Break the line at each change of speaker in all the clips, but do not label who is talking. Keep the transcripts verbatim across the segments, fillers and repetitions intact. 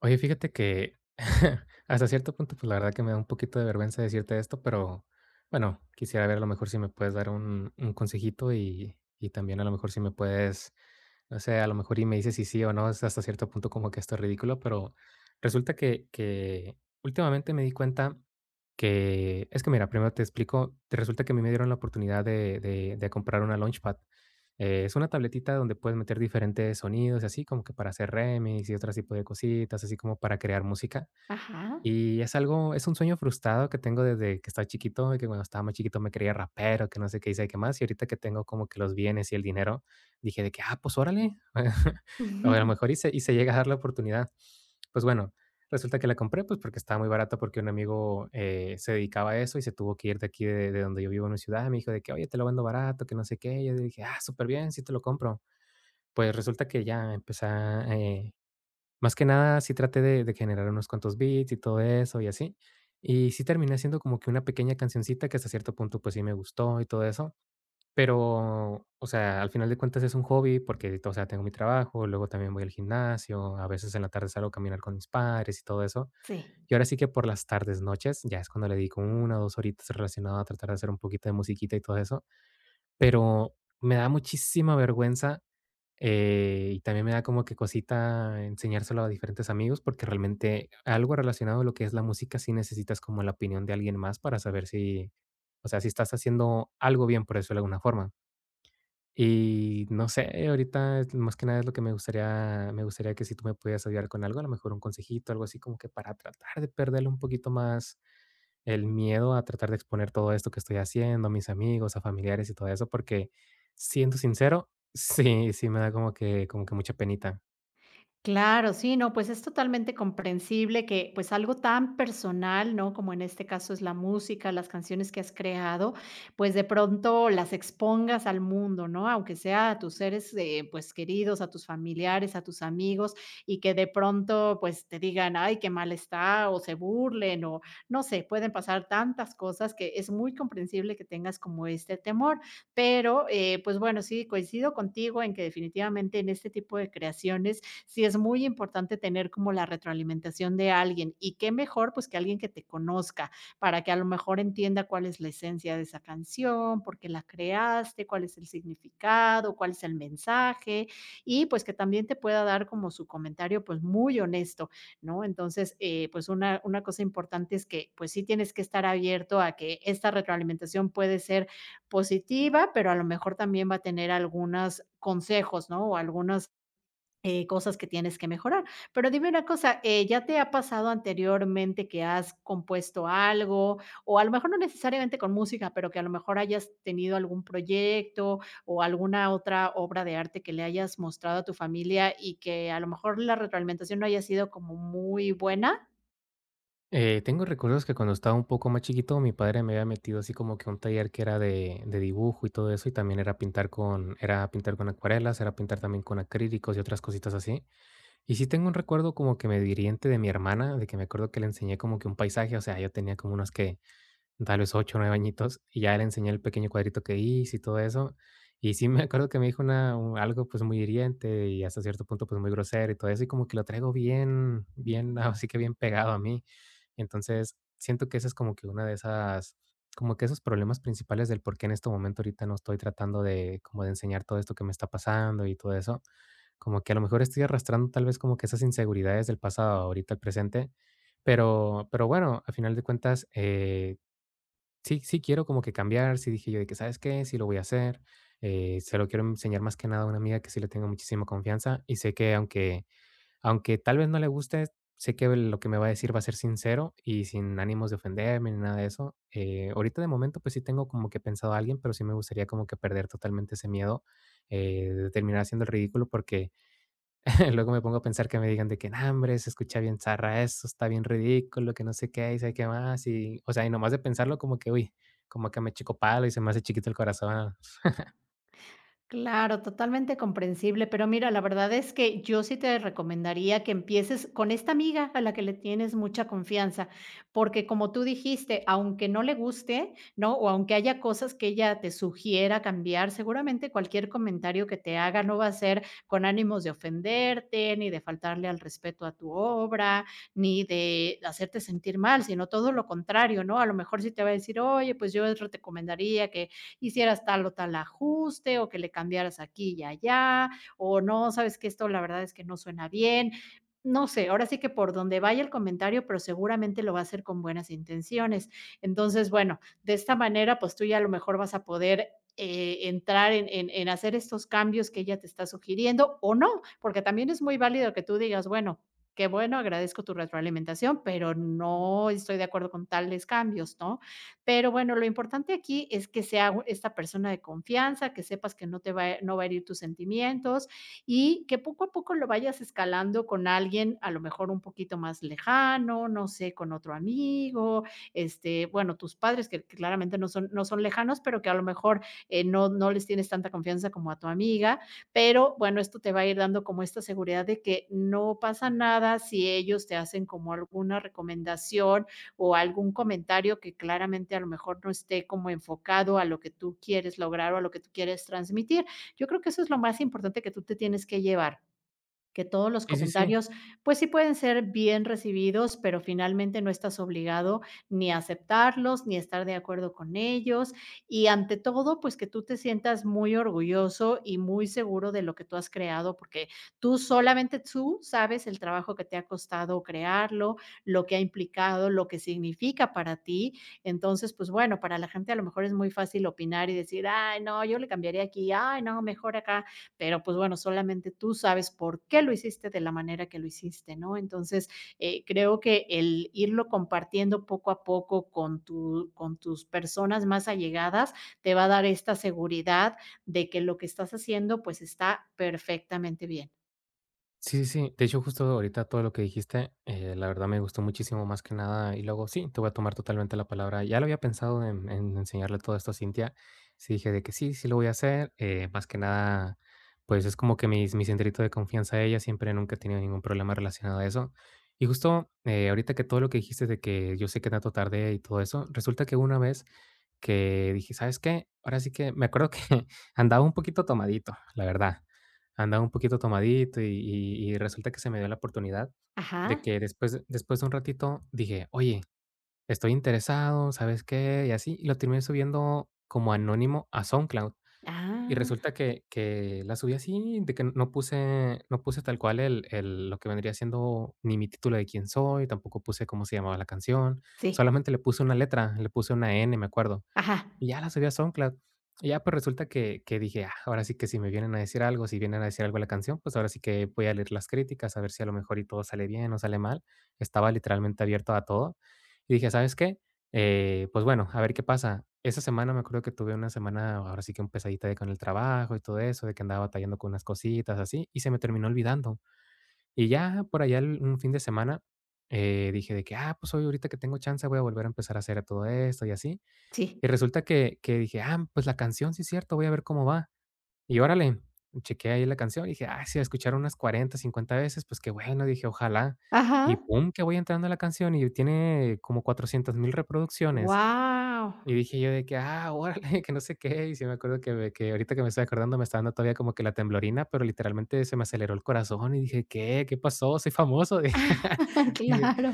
Oye, fíjate que hasta cierto punto, pues la verdad que me da un poquito de vergüenza decirte esto, pero bueno, quisiera ver a lo mejor si me puedes dar un, un consejito y, y también a lo mejor si me puedes, no sé, a lo mejor y me dices si sí o no, es hasta cierto punto como que esto es ridículo, pero resulta que, que últimamente me di cuenta que es que mira, primero te explico, te resulta que a mí me dieron la oportunidad de, de, de comprar una Launchpad. Eh, es una tabletita donde puedes meter diferentes sonidos así, como que para hacer remix y otro tipo de cositas, así como para crear música.
Ajá.
Y es algo, es un sueño frustrado que tengo desde que estaba chiquito, y que cuando estaba más chiquito me creía rapero, que no sé qué hice, qué más. Y ahorita que tengo como que los bienes y el dinero, dije de que, ah, pues órale. O a lo mejor y se, y se llega a dar la oportunidad. Pues bueno, resulta que la compré, pues, porque estaba muy barata, porque un amigo, eh, se dedicaba a eso y se tuvo que ir de aquí de de donde yo vivo en una ciudad. Me dijo de que: "Oye, te lo vendo barato, que no sé qué". Yo dije: "Ah, súper bien, sí te lo compro". Pues resulta que ya empecé a, eh, más que nada, sí traté de de generar unos cuantos beats y todo eso y así. Y sí terminé haciendo como que una pequeña cancioncita que hasta cierto punto, pues, sí me gustó y todo eso. Pero, o sea, al final de cuentas es un hobby porque, o sea, tengo mi trabajo, luego también voy al gimnasio, a veces en la tarde salgo a caminar con mis padres y todo eso.
Sí.
Y ahora sí que por las tardes, noches, ya es cuando le dedico una o dos horitas relacionado a tratar de hacer un poquito de musiquita y todo eso. Pero me da muchísima vergüenza eh, y también me da como que cosita enseñárselo a diferentes amigos porque realmente algo relacionado a lo que es la música sí necesitas como la opinión de alguien más para saber si, o sea, si estás haciendo algo bien por eso de alguna forma. Y no sé, ahorita es más que nada es lo que me gustaría me gustaría que si tú me pudieras ayudar con algo, a lo mejor un consejito, algo así como que para tratar de perderle un poquito más el miedo a tratar de exponer todo esto que estoy haciendo a mis amigos, a familiares y todo eso, porque siendo sincero, sí, sí me da como que como que mucha penita.
Claro, sí, no, pues es totalmente comprensible que pues algo tan personal, ¿no? Como en este caso es la música, las canciones que has creado, pues de pronto las expongas al mundo, ¿no? Aunque sea a tus seres eh, pues queridos, a tus familiares, a tus amigos, y que de pronto pues te digan, ay, qué mal está, o se burlen, o no sé, pueden pasar tantas cosas que es muy comprensible que tengas como este temor, pero eh, pues bueno, sí, coincido contigo en que definitivamente en este tipo de creaciones sí es muy importante tener como la retroalimentación de alguien, y qué mejor pues que alguien que te conozca para que a lo mejor entienda cuál es la esencia de esa canción, por qué la creaste, cuál es el significado, cuál es el mensaje, y pues que también te pueda dar como su comentario pues muy honesto, ¿no? Entonces, eh, pues una, una cosa importante es que pues sí tienes que estar abierto a que esta retroalimentación puede ser positiva, pero a lo mejor también va a tener algunas consejos, ¿no? O algunos eh, cosas que tienes que mejorar. Pero dime una cosa, eh, ¿ya te ha pasado anteriormente que has compuesto algo, o a lo mejor no necesariamente con música, pero que a lo mejor hayas tenido algún proyecto o alguna otra obra de arte que le hayas mostrado a tu familia y que a lo mejor la retroalimentación no haya sido como muy buena?
Eh, tengo recuerdos que cuando estaba un poco más chiquito, mi padre me había metido así como que un taller que era de de dibujo y todo eso, y también era pintar con era pintar con acuarelas, era pintar también con acrílicos y otras cositas así. Y sí tengo un recuerdo como que medio hiriente de mi hermana, de que me acuerdo que le enseñé como que un paisaje, o sea, yo tenía como unos que tal vez ocho o nueve añitos, y ya le enseñé el pequeño cuadrito que hice y todo eso. Y sí me acuerdo que me dijo una, un- algo pues muy hiriente y hasta cierto punto pues muy grosero y todo eso, y como que lo traigo bien, bien, así que bien pegado a mí. Entonces, siento que esa es como que una de esas, como que esos problemas principales del por qué en este momento ahorita no estoy tratando de como de enseñar todo esto que me está pasando y todo eso como que a lo mejor estoy arrastrando tal vez como que esas inseguridades del pasado ahorita al presente, pero pero bueno, a final de cuentas, eh, sí sí quiero como que cambiar, sí dije yo de que, ¿sabes qué? Sí lo voy a hacer, eh, se lo quiero enseñar más que nada a una amiga que sí le tengo muchísima confianza y sé que aunque aunque tal vez no le guste, sé que lo que me va a decir va a ser sincero y sin ánimos de ofenderme ni nada de eso. Eh, ahorita de momento, pues sí tengo como que pensado a alguien, pero sí me gustaría como que perder totalmente ese miedo, eh, de terminar haciendo el ridículo porque luego me pongo a pensar que me digan de que: "No, hombre, se escucha bien zarra eso, está bien ridículo, que no sé qué, y sé qué más", y, o sea, y nomás de pensarlo como que, uy, como que me chico palo y se me hace chiquito el corazón.
Claro, totalmente comprensible, pero mira, la verdad es que yo sí te recomendaría que empieces con esta amiga a la que le tienes mucha confianza, porque como tú dijiste, aunque no le guste, ¿no? O aunque haya cosas que ella te sugiera cambiar, seguramente cualquier comentario que te haga no va a ser con ánimos de ofenderte, ni de faltarle al respeto a tu obra, ni de hacerte sentir mal, sino todo lo contrario, ¿no? A lo mejor sí te va a decir, oye, pues yo te recomendaría que hicieras tal o tal ajuste, o que le cambiaras aquí y allá, o no, sabes que esto la verdad es que no suena bien. No sé, ahora sí que por donde vaya el comentario, pero seguramente lo va a hacer con buenas intenciones. Entonces, bueno, de esta manera, pues tú ya a lo mejor vas a poder eh, entrar en, en- en hacer estos cambios que ella te está sugiriendo o no, porque también es muy válido que tú digas, bueno, qué bueno, agradezco tu retroalimentación, pero no estoy de acuerdo con tales cambios, ¿no? Pero bueno, lo importante aquí es que sea u esta persona de confianza, que sepas que no te va a no va a herir tus sentimientos, y que poco a poco lo vayas escalando con alguien, a lo mejor un poquito más lejano, no sé, con otro amigo, este, bueno, tus padres que claramente no son no son lejanos, pero que a lo mejor, eh, no no les tienes tanta confianza como a tu amiga, pero bueno, esto te va a ir dando como esta seguridad de que no pasa nada si ellos te hacen como alguna recomendación o algún comentario que claramente a lo mejor no esté como enfocado a lo que tú quieres lograr o a lo que tú quieres transmitir. Yo creo que eso es lo más importante que tú te tienes que llevar, que todos los
Sí, sí, sí.
comentarios, pues sí pueden ser bien recibidos, pero finalmente no estás obligado ni a aceptarlos, ni a estar de acuerdo con ellos. Y ante todo, pues que tú te sientas muy orgulloso y muy seguro de lo que tú has creado, porque tú, solamente tú sabes el trabajo que te ha costado crearlo, lo que ha implicado, lo que significa para ti. Entonces, pues bueno, para la gente a lo mejor es muy fácil opinar y decir, ay, no, yo le cambiaría aquí, ay, no, mejor acá, pero pues bueno, solamente tú sabes por qué lo hiciste de la manera que lo hiciste, ¿no? Entonces, eh, creo que el irlo compartiendo poco a poco con, tu, con tus personas más allegadas te va a dar esta seguridad de que lo que estás haciendo pues está perfectamente bien.
Sí, sí, sí. De hecho, justo ahorita todo lo que dijiste, eh, la verdad me gustó muchísimo más que nada. Y luego sí, te voy a tomar totalmente la palabra. Ya lo había pensado en, en enseñarle todo esto a Cintia. Sí, dije de que sí, sí lo voy a hacer. Eh, más que nada, pues es como que mi, mi centrito de confianza a ella. Siempre nunca he tenido ningún problema relacionado a eso. Y justo eh, ahorita que todo lo que dijiste de que yo sé que tanto tardé y todo eso, resulta que una vez que dije: "¿Sabes qué?". Ahora sí que me acuerdo que andaba un poquito tomadito, la verdad. Andaba un poquito tomadito y y y resulta que se me dio la oportunidad de
Ajá.
que después después de un ratito dije: "Oye, estoy interesado, ¿sabes qué?". Y así, y lo terminé subiendo como anónimo a SoundCloud. Y
Ah,
resulta que que la subí así, de que no puse no puse tal cual el el lo que vendría siendo ni mi título de quién soy, tampoco puse cómo se llamaba la canción,
sí.
solamente le puse una letra, le puse una N, me acuerdo.
Ajá.
Y ya la subí a SoundCloud. Y ya, pues, resulta que que dije: "Ah, ahora sí que si me vienen a decir algo, si vienen a decir algo de la canción, pues, ahora sí que voy a leer las críticas, a ver si a lo mejor y todo sale bien o sale mal". Estaba literalmente abierto a todo. Y dije: "¿Sabes qué? Eh, pues, bueno, a ver qué pasa". Esa semana me acuerdo que tuve una semana, ahora sí que un pesadita de con el trabajo y todo eso, de que andaba batallando con unas cositas así, y se me terminó olvidando. Y ya por allá el un fin de semana, eh, dije de que: "Ah, pues, hoy ahorita que tengo chance voy a volver a empezar a hacer todo esto y así".
Sí.
Y resulta que que dije: "Ah, pues la canción, sí es cierto, voy a ver cómo va". Y órale, chequeé ahí la canción y dije: "Ah, sí la escucharon unas cuarenta cincuenta veces, pues qué bueno", dije: "Ojalá". Y
Ajá.
pum, que voy entrando a la canción y tiene como cuatrocientas mil reproducciones.
Wow.
Y dije yo de que: "Ah, órale", que no sé qué. Y sí me acuerdo que me que ahorita que me estoy acordando me está dando todavía como que la temblorina, pero literalmente se me aceleró el corazón y dije: "¿Qué? ¿Qué pasó? Soy famoso". Dije
Claro.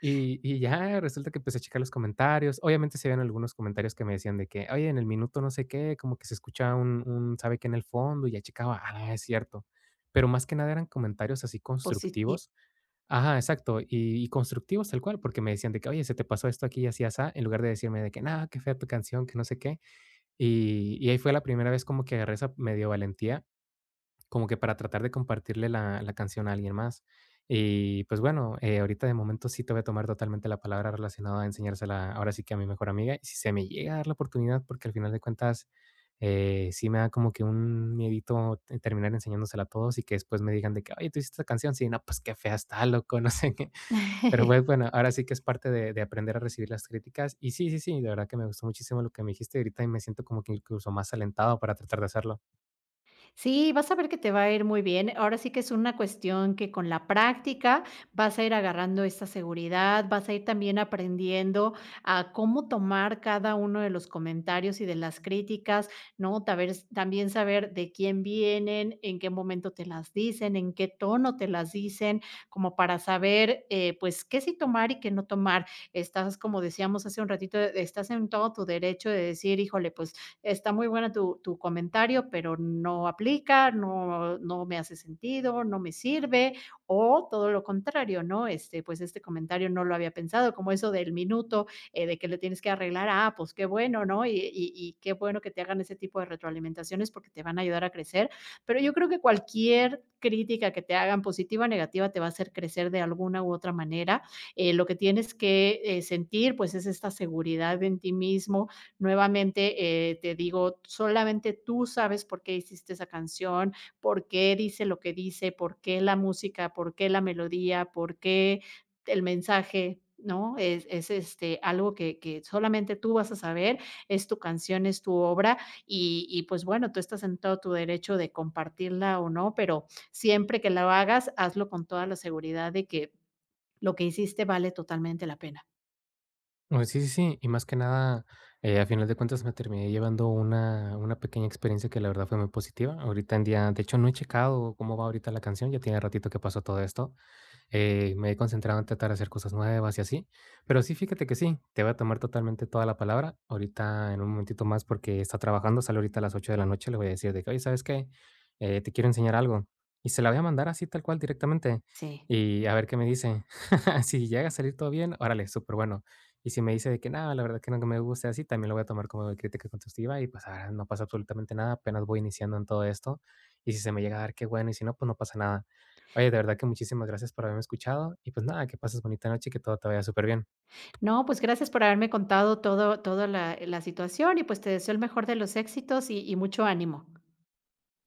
y y ya resulta que empecé a checar los comentarios. Obviamente, se habían algunos comentarios que me decían de que: "Oye, en el minuto no sé qué, como que se escucha un un sabe qué en el fondo", y ya checaba, ah, es cierto. Pero más que nada eran comentarios así
Positivo.
constructivos. Ajá, exacto, y y constructivos tal cual, porque me decían de que: "Oye, se te pasó esto aquí y así, asá", en lugar de decirme de que: nada qué fea tu canción, que no sé qué". Y y ahí fue la primera vez como que agarré esa medio valentía como que para tratar de compartirle la la canción a alguien más. Y, pues, bueno, eh, ahorita de momento sí te voy a tomar totalmente la palabra relacionado a enseñársela ahora sí que a mi mejor amiga, y si se me llega a dar la oportunidad, porque al final de cuentas, eh, sí me da como que un miedito te terminar enseñándosela a todos y que después me digan de que: "Oye, ¿tú hiciste esta canción?". Sí, no, pues, qué fea está, loco, no sé qué. Pero, pues, bueno, ahora sí que es parte de de aprender a recibir las críticas. Y sí, sí, sí, de verdad que me gustó muchísimo lo que me dijiste ahorita y me siento como que incluso más alentado para tratar de hacerlo.
Sí, vas a ver que te va a ir muy bien. Ahora sí que es una cuestión que con la práctica vas a ir agarrando esta seguridad, vas a ir también aprendiendo a cómo tomar cada uno de los comentarios y de las críticas, ¿no? Taber- también saber de quién vienen, en qué momento te las dicen, en qué tono te las dicen, como para saber, eh, pues, qué sí tomar y qué no tomar. Estás, como decíamos hace un ratito, estás en todo tu derecho de decir, híjole, pues está muy buena tu, tu comentario, pero no aplica, no, no me hace sentido, no me sirve, o todo lo contrario, ¿no? Este, pues este comentario no lo había pensado, como eso del minuto, eh, de que le tienes que arreglar, ah, pues qué bueno, ¿no? Y, y, y qué bueno que te hagan ese tipo de retroalimentaciones porque te van a ayudar a crecer, pero yo creo que cualquier crítica que te hagan, positiva o negativa, te va a hacer crecer de alguna u otra manera. Eh, lo que tienes que eh, sentir, pues, es esta seguridad en ti mismo. Nuevamente, eh, te digo, solamente tú sabes por qué hiciste esa canción, por qué dice lo que dice, por qué la música, por qué la melodía, por qué el mensaje, ¿no? Es, es, este, algo que, que solamente tú vas a saber, es tu canción, es tu obra, y, y pues bueno, tú estás en todo tu derecho de compartirla o no, pero siempre que la hagas, hazlo con toda la seguridad de que lo que hiciste vale totalmente la pena.
No, sí, sí, sí, y más que nada, eh, a final de cuentas me terminé llevando una, una pequeña experiencia que la verdad fue muy positiva. Ahorita en día, de hecho, no he checado cómo va ahorita la canción, ya tiene ratito que pasó todo esto, eh, me he concentrado en tratar de hacer cosas nuevas y así. Pero sí, fíjate que sí, te voy a tomar totalmente toda la palabra ahorita en un momentito más porque está trabajando, sale ahorita a las ocho de la noche, le voy a decir de que, oye, ¿sabes qué? Eh, te quiero enseñar algo. Y se la voy a mandar así tal cual directamente
Sí.
y a ver qué me dice. Si llega a salir todo bien, órale, súper bueno. Y si me dice de que nada, la verdad que no que me guste así, también lo voy a tomar como de crítica constructiva y pues ahora no pasa absolutamente nada, apenas voy iniciando en todo esto. Y si se me llega a dar, qué bueno, y si no, pues no pasa nada. Oye, de verdad que muchísimas gracias por haberme escuchado y pues nada, que pases bonita noche y que todo te vaya súper bien.
No, pues gracias por haberme contado todo toda la la situación, y, pues, te deseo el mejor de los éxitos y y mucho ánimo.